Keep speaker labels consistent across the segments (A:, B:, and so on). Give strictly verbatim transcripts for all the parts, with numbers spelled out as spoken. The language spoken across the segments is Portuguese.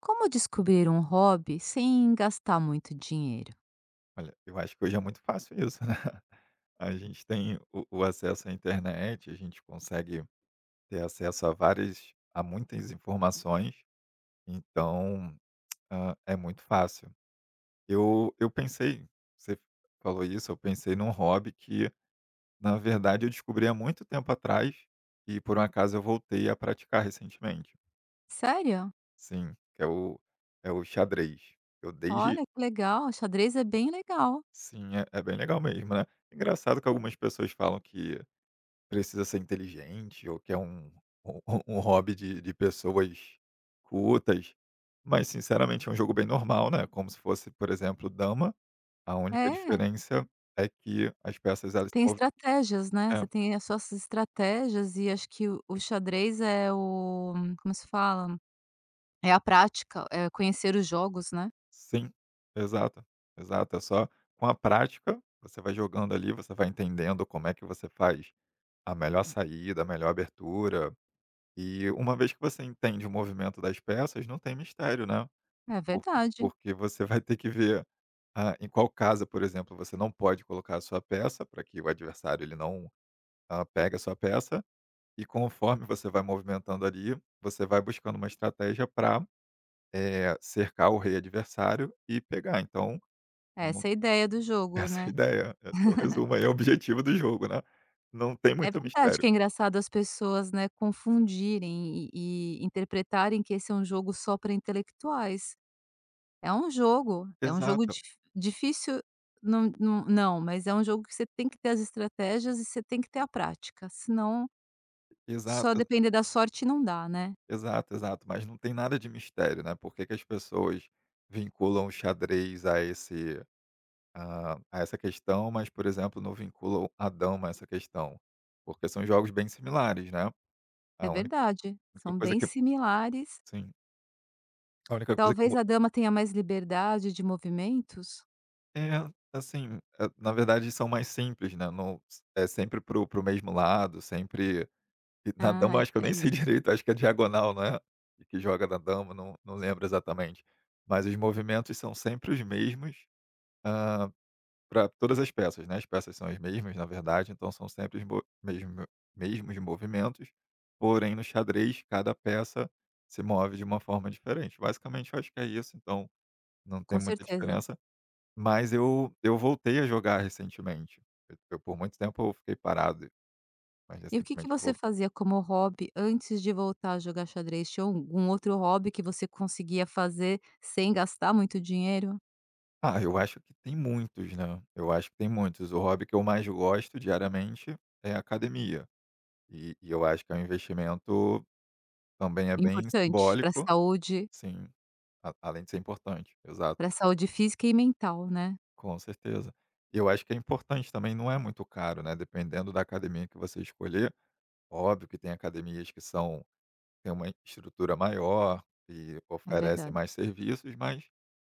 A: Como descobrir um hobby sem gastar muito dinheiro?
B: Olha, eu acho que hoje é muito fácil isso, né? A gente tem o, o acesso à internet, a gente consegue ter acesso a várias, a muitas informações, então ah, é muito fácil. Eu, eu pensei, você falou isso, eu pensei num hobby que, na verdade, eu descobri há muito tempo atrás e por um acaso eu voltei a praticar recentemente.
A: Sério?
B: Sim, que é o, é o xadrez. Eu desde.
A: Olha que legal, xadrez é bem legal.
B: Sim, é, é bem legal mesmo, né? Engraçado que algumas pessoas falam que precisa ser inteligente ou que é um um um hobby de de pessoas cultas, mas sinceramente é um jogo bem normal, né, como se fosse, por exemplo, dama, a única
A: É,
B: diferença é que as peças
A: você
B: elas se
A: tem
B: mov.
A: estratégias, né,
B: É,
A: você tem as suas estratégias e acho que o o xadrez é o como se fala? É a prática, é conhecer os jogos, né.
B: sim, exato, exato. É só com a prática, você vai jogando ali, você vai entendendo como é que você faz a melhor saída, a melhor abertura, e uma vez que você entende o movimento das peças, não tem mistério, né.
A: É
B: Por
A: verdade,
B: porque você vai ter que ver, ah, em qual casa, por exemplo, você não pode colocar a sua peça, para que o adversário ele não, ah, pegue a sua peça, e conforme você vai movimentando ali, você vai buscando uma estratégia para cercar o rei adversário e pegar. Então, não.
A: essa é a ideia do jogo,
B: Essa é a
A: né.
B: ideia, esse é o resumo aí, é o objetivo do jogo, né. Não tem
A: É
B: muito
A: verdade
B: mistério.
A: que é engraçado as pessoas, né, confundirem e e interpretarem que esse é um jogo só para intelectuais. É um jogo, é um jogo
B: Exato,
A: dif difícil não não não, mas é um jogo que você tem que ter as estratégias e você tem que ter a prática, senão só
B: exato,
A: depender da sorte não dá, né.
B: exato, exato. Mas não tem nada de mistério, né. Por que que as pessoas vinculam o xadrez a esse, a a essa questão, mas, por exemplo, não vinculam Adão a essa questão, porque são jogos bem similares, né.
A: É
B: A única
A: verdade,
B: única
A: são
B: coisa
A: bem
B: que.
A: similares.
B: Sim, a única coisa que mu.
A: Talvez a dama tenha mais liberdade de movimentos?
B: É, assim, eh, na verdade são mais simples, né, não é sempre pro pro mesmo lado, sempre. E na dama
A: Ah,
B: acho que eu
A: é
B: nem sei
A: isso,
B: direito, acho que é diagonal, né? E que joga na dama, não não lembro exatamente. Mas os movimentos são sempre os mesmos, ah, para todas as peças, né, as peças são as mesmas, na verdade, então são sempre os mo mesmo mesmos movimentos, porém no xadrez cada peça se move de uma forma diferente. Basicamente eu acho que é isso, então não tem
A: com
B: muita
A: certeza.
B: diferença, mas eu eu voltei a jogar recentemente. Eu eu por muito tempo eu fiquei parado, mas
A: E o que que
B: recentemente eu
A: você
B: voltei.
A: fazia como hobby antes de voltar a jogar xadrez? Tinha algum outro hobby que você conseguia fazer sem gastar muito dinheiro?
B: Ah, eu acho que tem muitos, né, eu acho que tem muitos. O hobby que eu mais gosto diariamente é a academia, e e eu acho que é um investimento, também é bem
A: Importante para
B: simbólico.
A: a saúde.
B: Sim, a além de ser importante, exato,
A: Pra saúde física e mental, né,
B: com certeza. Eu acho que é importante também, não é muito caro, né, dependendo da academia que você escolher, óbvio que tem academias que são têm uma estrutura maior e
A: é
B: oferecem
A: verdade.
B: mais serviços, mas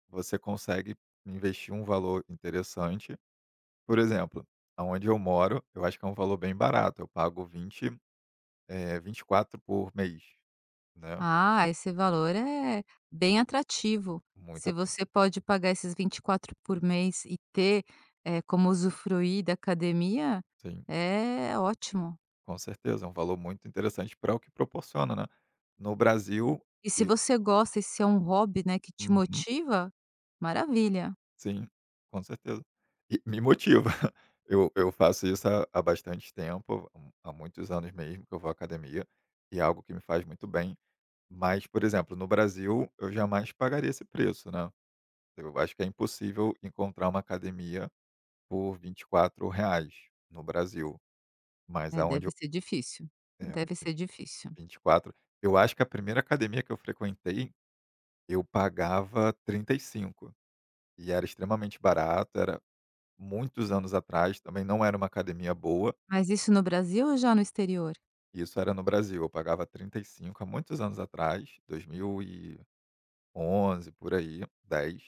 B: você consegue investir um valor interessante. Por exemplo, aonde eu moro, eu acho que é um valor bem barato, eu pago vinte eh, vinte e quatro por mês, né,
A: Ah, esse valor é bem atrativo. Se
B: muita.
A: você pode pagar esses vinte e quatro por mês e ter, eh, como usufruir da academia,
B: Sim.
A: é ótimo.
B: Com certeza, é um valor muito interessante para o que proporciona, né. No Brasil
A: E se
B: e
A: você gosta e se é um hobby, né, que te
B: uhum,
A: motiva, maravilha.
B: sim, com certeza. E me motiva. Eu eu faço isso há há bastante tempo, hum, há muitos anos mesmo que eu vou à academia, e é algo que me faz muito bem. Mas, por exemplo, no Brasil, eu jamais pagaria esse preço, né. Eu acho que é impossível encontrar uma academia por vinte e quatro reais no Brasil, mas
A: É,
B: aonde
A: deve
B: eu,
A: ser difícil,
B: é,
A: deve ser difícil.
B: vinte e quatro. Eu acho que a primeira academia que eu frequentei, eu pagava trinta e cinco e cinco, e era extremamente barato, era muitos anos atrás, também não era uma academia boa,
A: Mas isso no Brasil ou já no exterior?
B: e isso era no Brasil, eu pagava trinta e cinco há muitos anos atrás, dois mil e onze por aí, dez,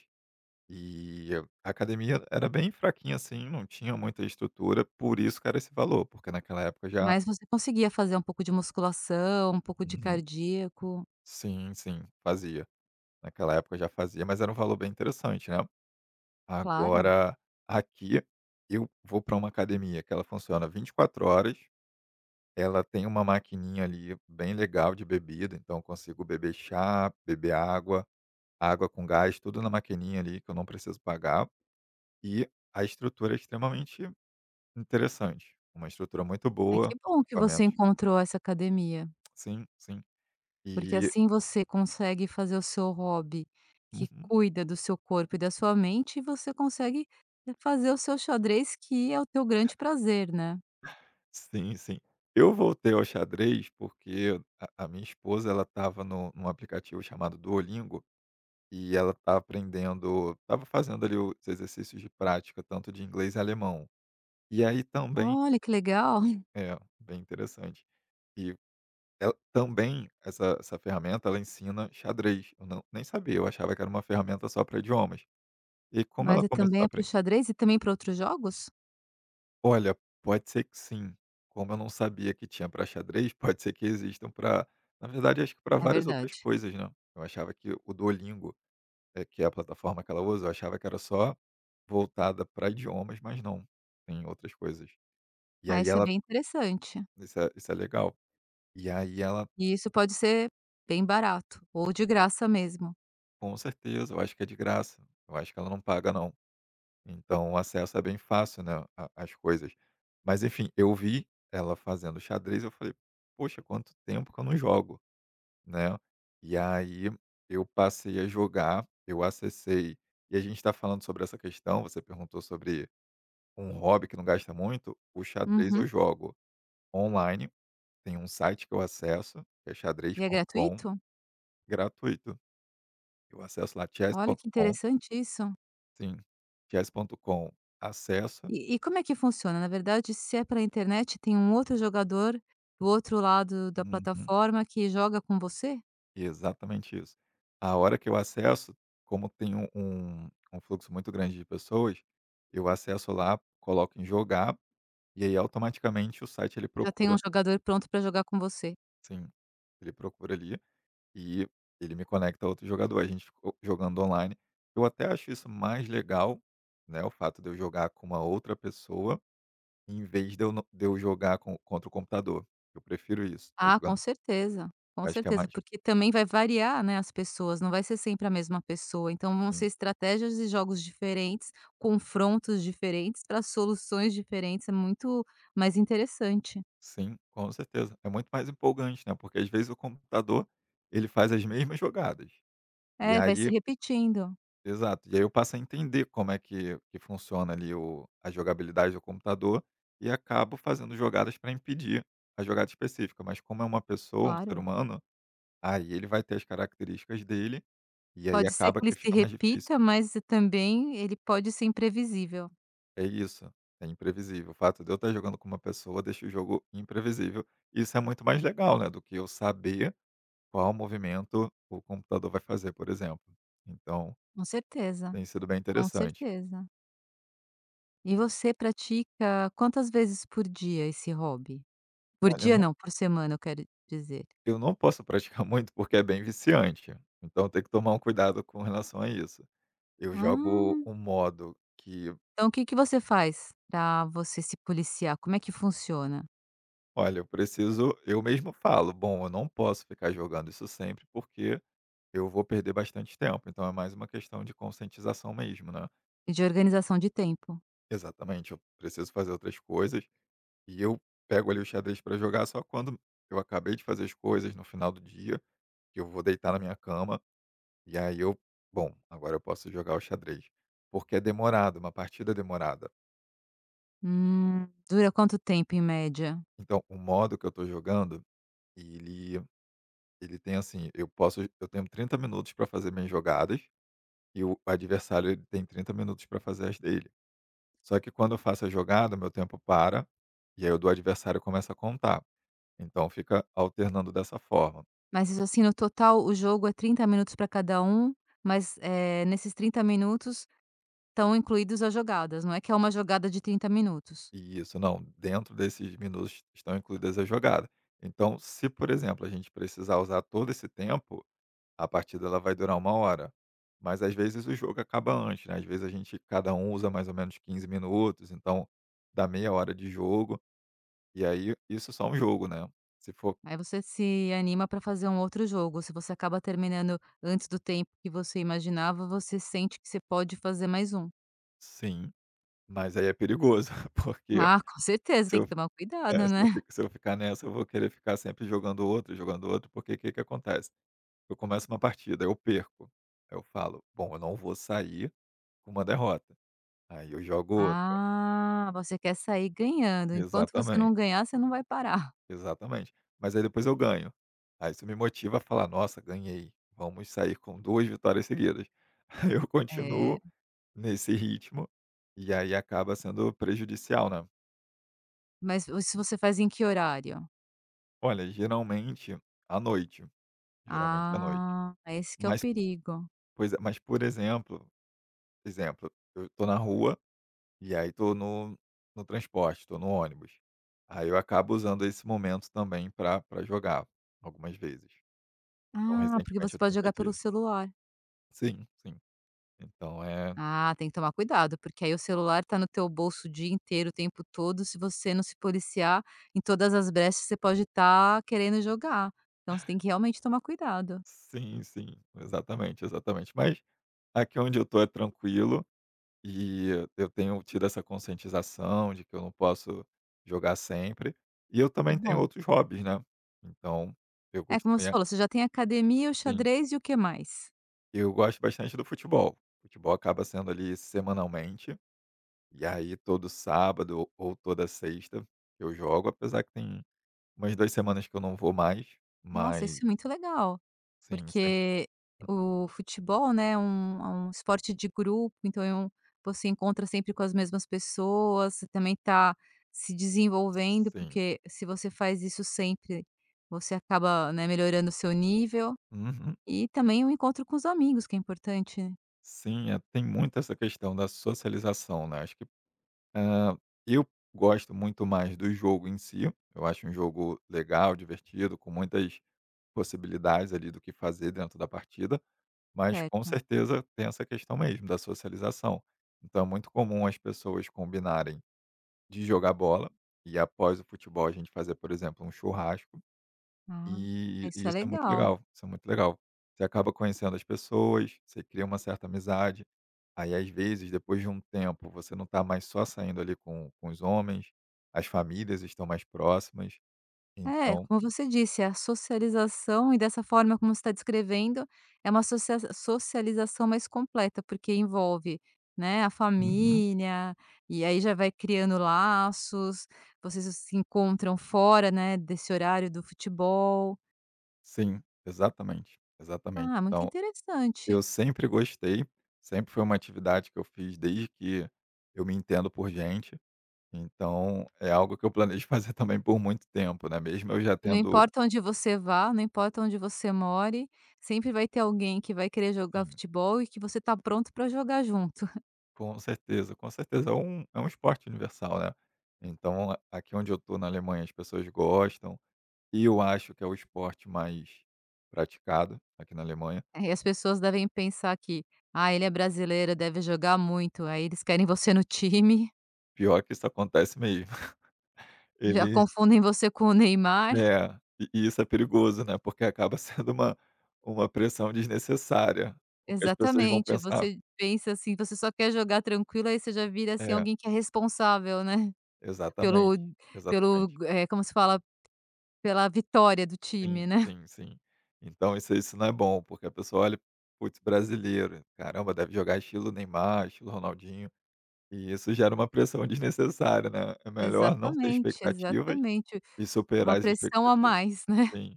B: e a academia era bem fraquinha assim, não tinha muita estrutura, por isso que era esse valor, porque naquela época já.
A: Mas você conseguia fazer um pouco de musculação, um pouco de
B: Uhum.
A: cardíaco?
B: Sim, sim, fazia. Naquela época já fazia, mas era um valor bem interessante, né?
A: Claro.
B: Agora, aqui eu vou para uma academia que ela funciona vinte e quatro horas, ela tem uma maquininha ali bem legal de bebida, então eu consigo beber chá, beber água, água com gás, tudo na maquininha ali que eu não preciso pagar, e a estrutura é extremamente interessante, uma estrutura muito
A: Ai,
B: boa,
A: que
B: os
A: bom que você
B: equipamentos.
A: encontrou essa academia,
B: Sim, sim.
A: porque
B: E
A: assim você consegue fazer o seu hobby que
B: uhum,
A: cuida do seu corpo e da sua mente, e você consegue fazer o seu xadrez, que é o teu grande prazer, né.
B: sim, sim. Eu voltei ao xadrez porque a a minha esposa ela estava no num aplicativo chamado Duolingo. E ela tá aprendendo estava fazendo ali os exercícios de prática, tanto de inglês e alemão. E aí também
A: Olha, que legal.
B: é, bem interessante. E ela também essa essa ferramenta, ela ensina xadrez. Eu não nem sabia, eu achava que era uma ferramenta só para idiomas. E como
A: Mas
B: ela
A: é
B: começou
A: também
B: a
A: é para o
B: aprender,
A: xadrez e também para outros jogos?
B: olha, pode ser que sim. Como eu não sabia que tinha para xadrez, pode ser que existam para. Na verdade, acho que para
A: É
B: várias outras
A: verdade.
B: coisas, né. Eu achava que o Duolingo, é, que é a plataforma que ela usa, eu achava que era só voltada para idiomas, mas não, tem outras coisas. E
A: Ah,
B: aí
A: isso é
B: ela.
A: bem interessante.
B: Isso é isso é legal. E aí ela,
A: E isso pode ser bem barato, ou de graça mesmo.
B: com certeza, eu acho que é de graça, eu acho que ela não paga não. Então o acesso é bem fácil, né, a às coisas. Mas enfim, eu vi ela fazendo xadrez, eu falei: "Poxa, quanto tempo que eu não jogo", né. E aí eu passei a jogar, eu acessei e a gente está falando sobre essa questão, você perguntou sobre um hobby que não gasta muito. O xadrez eu
A: Uhum.
B: jogo online, tem um site que eu acesso, que é
A: E é
B: xadrez ponto com,
A: gratuito?
B: gratuito. Eu acesso lá
A: Olha, que
B: chess ponto com,
A: interessante isso.
B: sim, chess ponto com, acesso.
A: E e como é que funciona? Na verdade, se é pela internet, tem um outro jogador do outro lado da
B: Uhum,
A: plataforma que joga com você?
B: exatamente isso. A hora que eu acesso, como tem um um um fluxo muito grande de pessoas, eu acesso lá, coloco em jogar, e aí automaticamente o site ele
A: Já tem um
B: procura.
A: jogador pronto para jogar com você?
B: Sim, ele procura ali. E ele me conecta a outro jogador, a gente ficou jogando online. Eu até acho isso mais legal, né, o fato de eu jogar com uma outra pessoa, em vez de eu no de eu jogar com contra o computador. Eu prefiro isso. Tô
A: Ah, com
B: jogando,
A: certeza, com
B: eu acho que é
A: certeza,
B: mais.
A: porque também vai variar, né, as pessoas, não vai ser sempre a mesma pessoa, então vão
B: Sim,
A: ser estratégias e jogos diferentes, confrontos diferentes para soluções diferentes, é muito mais interessante.
B: sim, com certeza. É muito mais empolgante, né, porque às vezes o computador, ele faz as mesmas jogadas. E
A: É, vai se
B: aí.
A: repetindo,
B: Exato. E aí eu passo a entender como é que que funciona ali o a jogabilidade do computador e acabo fazendo jogadas para impedir a jogada específica, mas como é uma pessoa, um ser
A: claro.
B: humano, aí ele vai ter as características dele, e aí
A: Pode ser
B: acaba
A: que ele
B: que
A: se
B: fica mais difícil.
A: repita, mas também ele pode ser imprevisível.
B: É isso, é imprevisível. O fato de eu estar jogando com uma pessoa deixa o jogo imprevisível. Isso é muito mais legal, né, do que eu saber qual movimento o computador vai fazer, por exemplo. Então,
A: Com certeza,
B: tem sido bem
A: com
B: interessante.
A: certeza. E você pratica quantas vezes por dia esse hobby? Por
B: Olha,
A: dia não, por semana eu quero dizer.
B: eu não posso praticar muito, porque é bem viciante, então tem que tomar um cuidado com relação a isso. Eu jogo
A: Ah,
B: um modo que,
A: então o que que você faz para você se policiar? Como é que funciona?
B: olha, eu preciso eu mesmo falo: "Bom, eu não posso ficar jogando isso sempre, porque eu vou perder bastante tempo", então é mais uma questão de conscientização mesmo, né.
A: E de organização de tempo?
B: Exatamente, eu preciso fazer outras coisas, e eu pego ali o xadrez para jogar só quando eu acabei de fazer as coisas, no final do dia, que eu vou deitar na minha cama. E aí eu: "Bom, agora eu posso jogar o xadrez", porque é demorado, uma partida é demorada.
A: Hum, dura quanto tempo em média?
B: Então o modo que eu tô jogando, ele ele tem assim, eu posso eu tenho trinta minutos para fazer minhas jogadas e o adversário ele tem trinta minutos para fazer as dele. Só que quando eu faço a jogada, meu tempo para, e aí o do adversário começa a contar. Então fica alternando dessa forma.
A: Mas isso assim, no total o jogo é trinta minutos para cada um, mas, eh, nesses trinta minutos estão incluídos as jogadas, não é que é uma jogada de trinta minutos?
B: E isso não, dentro desses minutos estão incluídas as jogadas. Então se, por exemplo, a gente precisar usar todo esse tempo, a partida ela vai durar uma hora, mas às vezes o jogo acaba antes, né, às vezes a gente cada um usa mais ou menos quinze minutos, então dá meia hora de jogo, e aí isso só um jogo, né. Se for.
A: Aí você se anima para fazer um outro jogo. Se você acaba terminando antes do tempo que você imaginava, você sente que você pode fazer mais um.
B: Sim, mas aí é perigoso, porque
A: Ah, com certeza,
B: se
A: tem
B: eu,
A: que tomar
B: é,
A: cuidado,
B: se eu fi
A: né.
B: se eu ficar nessa, eu vou querer ficar sempre jogando outro, jogando outro, porque o que que acontece? Eu começo uma partida, eu perco, aí eu falo: "Bom, eu não vou sair com uma derrota", aí eu jogo outra.
A: Ah, você quer sair ganhando. Enquanto você
B: Exatamente.
A: não ganhar, você não vai parar.
B: Exatamente. Mas aí depois eu ganho. Aí isso me motiva a falar: "Nossa, ganhei, vamos sair com duas vitórias seguidas". Aí eu
A: É.
B: continuo nesse ritmo, e aí acaba sendo prejudicial, né.
A: Mas se você faz em que horário?
B: Olha, geralmente à noite, geralmente à Hum. noite.
A: Ah, esse que é o
B: Mas,
A: perigo.
B: pois é, mas por exemplo exemplo, eu tô na rua, e aí tô no no transporte, tô no ônibus. Aí eu acabo usando esse momento também para pra jogar, algumas vezes. Então
A: Ah, porque
B: recentemente
A: você
B: eu
A: pode
B: tenho
A: jogar
B: feito
A: pelo
B: isso.
A: celular.
B: Sim, sim. Então é,
A: Ah, tem que tomar cuidado, porque aí o celular tá no teu bolso o dia inteiro, o tempo todo, se você não se policiar, em todas as brechas você pode estar querendo jogar. Então você tem que realmente tomar cuidado.
B: sim, sim, exatamente, exatamente. Mas aqui onde eu tô é tranquilo e eu tenho tido essa conscientização de que eu não posso jogar sempre. E eu
A: Que
B: também tenho
A: bom.
B: outros hobbies, né. Então eu
A: É,
B: costumo
A: como
B: ir
A: você
B: a.
A: falou, você já tem a academia, o xadrez e o que mais?
B: Eu gosto bastante do futebol. Futebol acaba sendo ali semanalmente, e aí todo sábado ou toda sexta eu jogo, apesar que tem umas duas semanas que eu não vou mais,
A: Nossa, isso
B: mas
A: é muito legal.
B: sim, sempre.
A: Porque o futebol, né, é um é um esporte de grupo, então é um- você encontra sempre com as mesmas pessoas, você também tá se desenvolvendo,
B: Sim.
A: porque se você faz isso sempre, você acaba, né, melhorando o seu nível
B: Uhum.
A: e também o encontro com os amigos que é importante, né,
B: Sim, é, tem muito essa questão da socialização, né? Acho que ah, eu gosto muito mais do jogo em si. Eu acho um jogo legal, divertido, com muitas possibilidades ali do que fazer dentro da partida, mas com
A: certo?
B: certeza tem essa questão mesmo da socialização. Então é muito comum as pessoas combinarem de jogar bola e após o futebol a gente fazer, por exemplo, um churrasco.
A: Ah.
B: E, e
A: Isso é
B: isso é muito
A: legal.
B: legal, isso é muito legal. Você acaba conhecendo as pessoas, você cria uma certa amizade. Aí, às vezes, depois de um tempo, você não está mais só saindo ali com com os homens, as famílias estão mais próximas,
A: É,
B: então.
A: como você disse, a socialização e dessa forma como você está descrevendo, é uma socia socialização mais completa, porque envolve, né, a
B: Uhum.
A: família, e aí já vai criando laços, vocês se encontram fora, né, desse horário do futebol.
B: Sim, exatamente, exatamente.
A: Ah, muito
B: Então, eu
A: interessante.
B: sempre gostei, sempre foi uma atividade que eu fiz desde que eu me entendo por gente, então é algo que eu planejo fazer também por muito tempo, né, mesmo eu já
A: E não
B: tendo.
A: importa onde você vá, não importa onde você more, sempre vai ter alguém que vai querer jogar
B: Sim,
A: futebol e que você tá pronto para jogar junto.
B: com certeza, com certeza. É um é um esporte universal, né. Então, a- aqui onde eu tô, na Alemanha, as pessoas gostam. E eu acho que é o esporte mais praticado aqui na Alemanha.
A: É, e as pessoas devem pensar que: "Ah, ele é brasileiro, deve jogar muito", aí eles querem você no time,
B: Pior que isso acontece mesmo.
A: já
B: Eles,
A: confundem você com o Neymar.
B: é, e e isso é perigoso, né, porque acaba sendo uma uma pressão desnecessária, porque as pessoas vão
A: Exatamente,
B: pensar.
A: você pensa assim, você só quer jogar tranquilo, aí você já vira, assim,
B: É,
A: alguém que é responsável, né, pelo
B: exatamente,
A: pelo,
B: exatamente.
A: eh, como se fala? Pela vitória do time,
B: Sim,
A: né.
B: sim, sim. Então isso isso não é bom, porque a pessoa olha: "Putz, brasileiro, caramba, deve jogar estilo Neymar, estilo Ronaldinho", e isso gera uma pressão desnecessária, né. É melhor não ter
A: Exatamente,
B: expectativas
A: exatamente.
B: e
A: Uma
B: superar as
A: pressão a
B: expectativas.
A: mais, né.
B: Sim.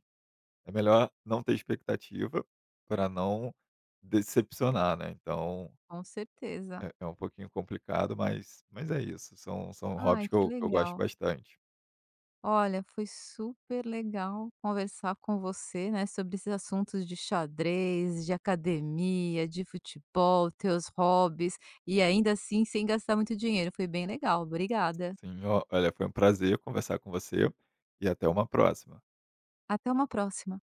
B: É melhor não ter expectativa para não decepcionar, né, então
A: Com certeza.
B: é é um pouquinho complicado, mas mas é isso, são são hobbies
A: Ai,
B: que
A: que
B: eu que eu gosto
A: legal.
B: bastante.
A: Olha, foi super legal conversar com você, né, sobre esses assuntos de xadrez, de academia, de futebol, teus hobbies e ainda assim sem gastar muito dinheiro. Foi bem legal. Obrigada.
B: Sim, ó, olha, foi um prazer conversar com você e até uma próxima.
A: Até uma próxima.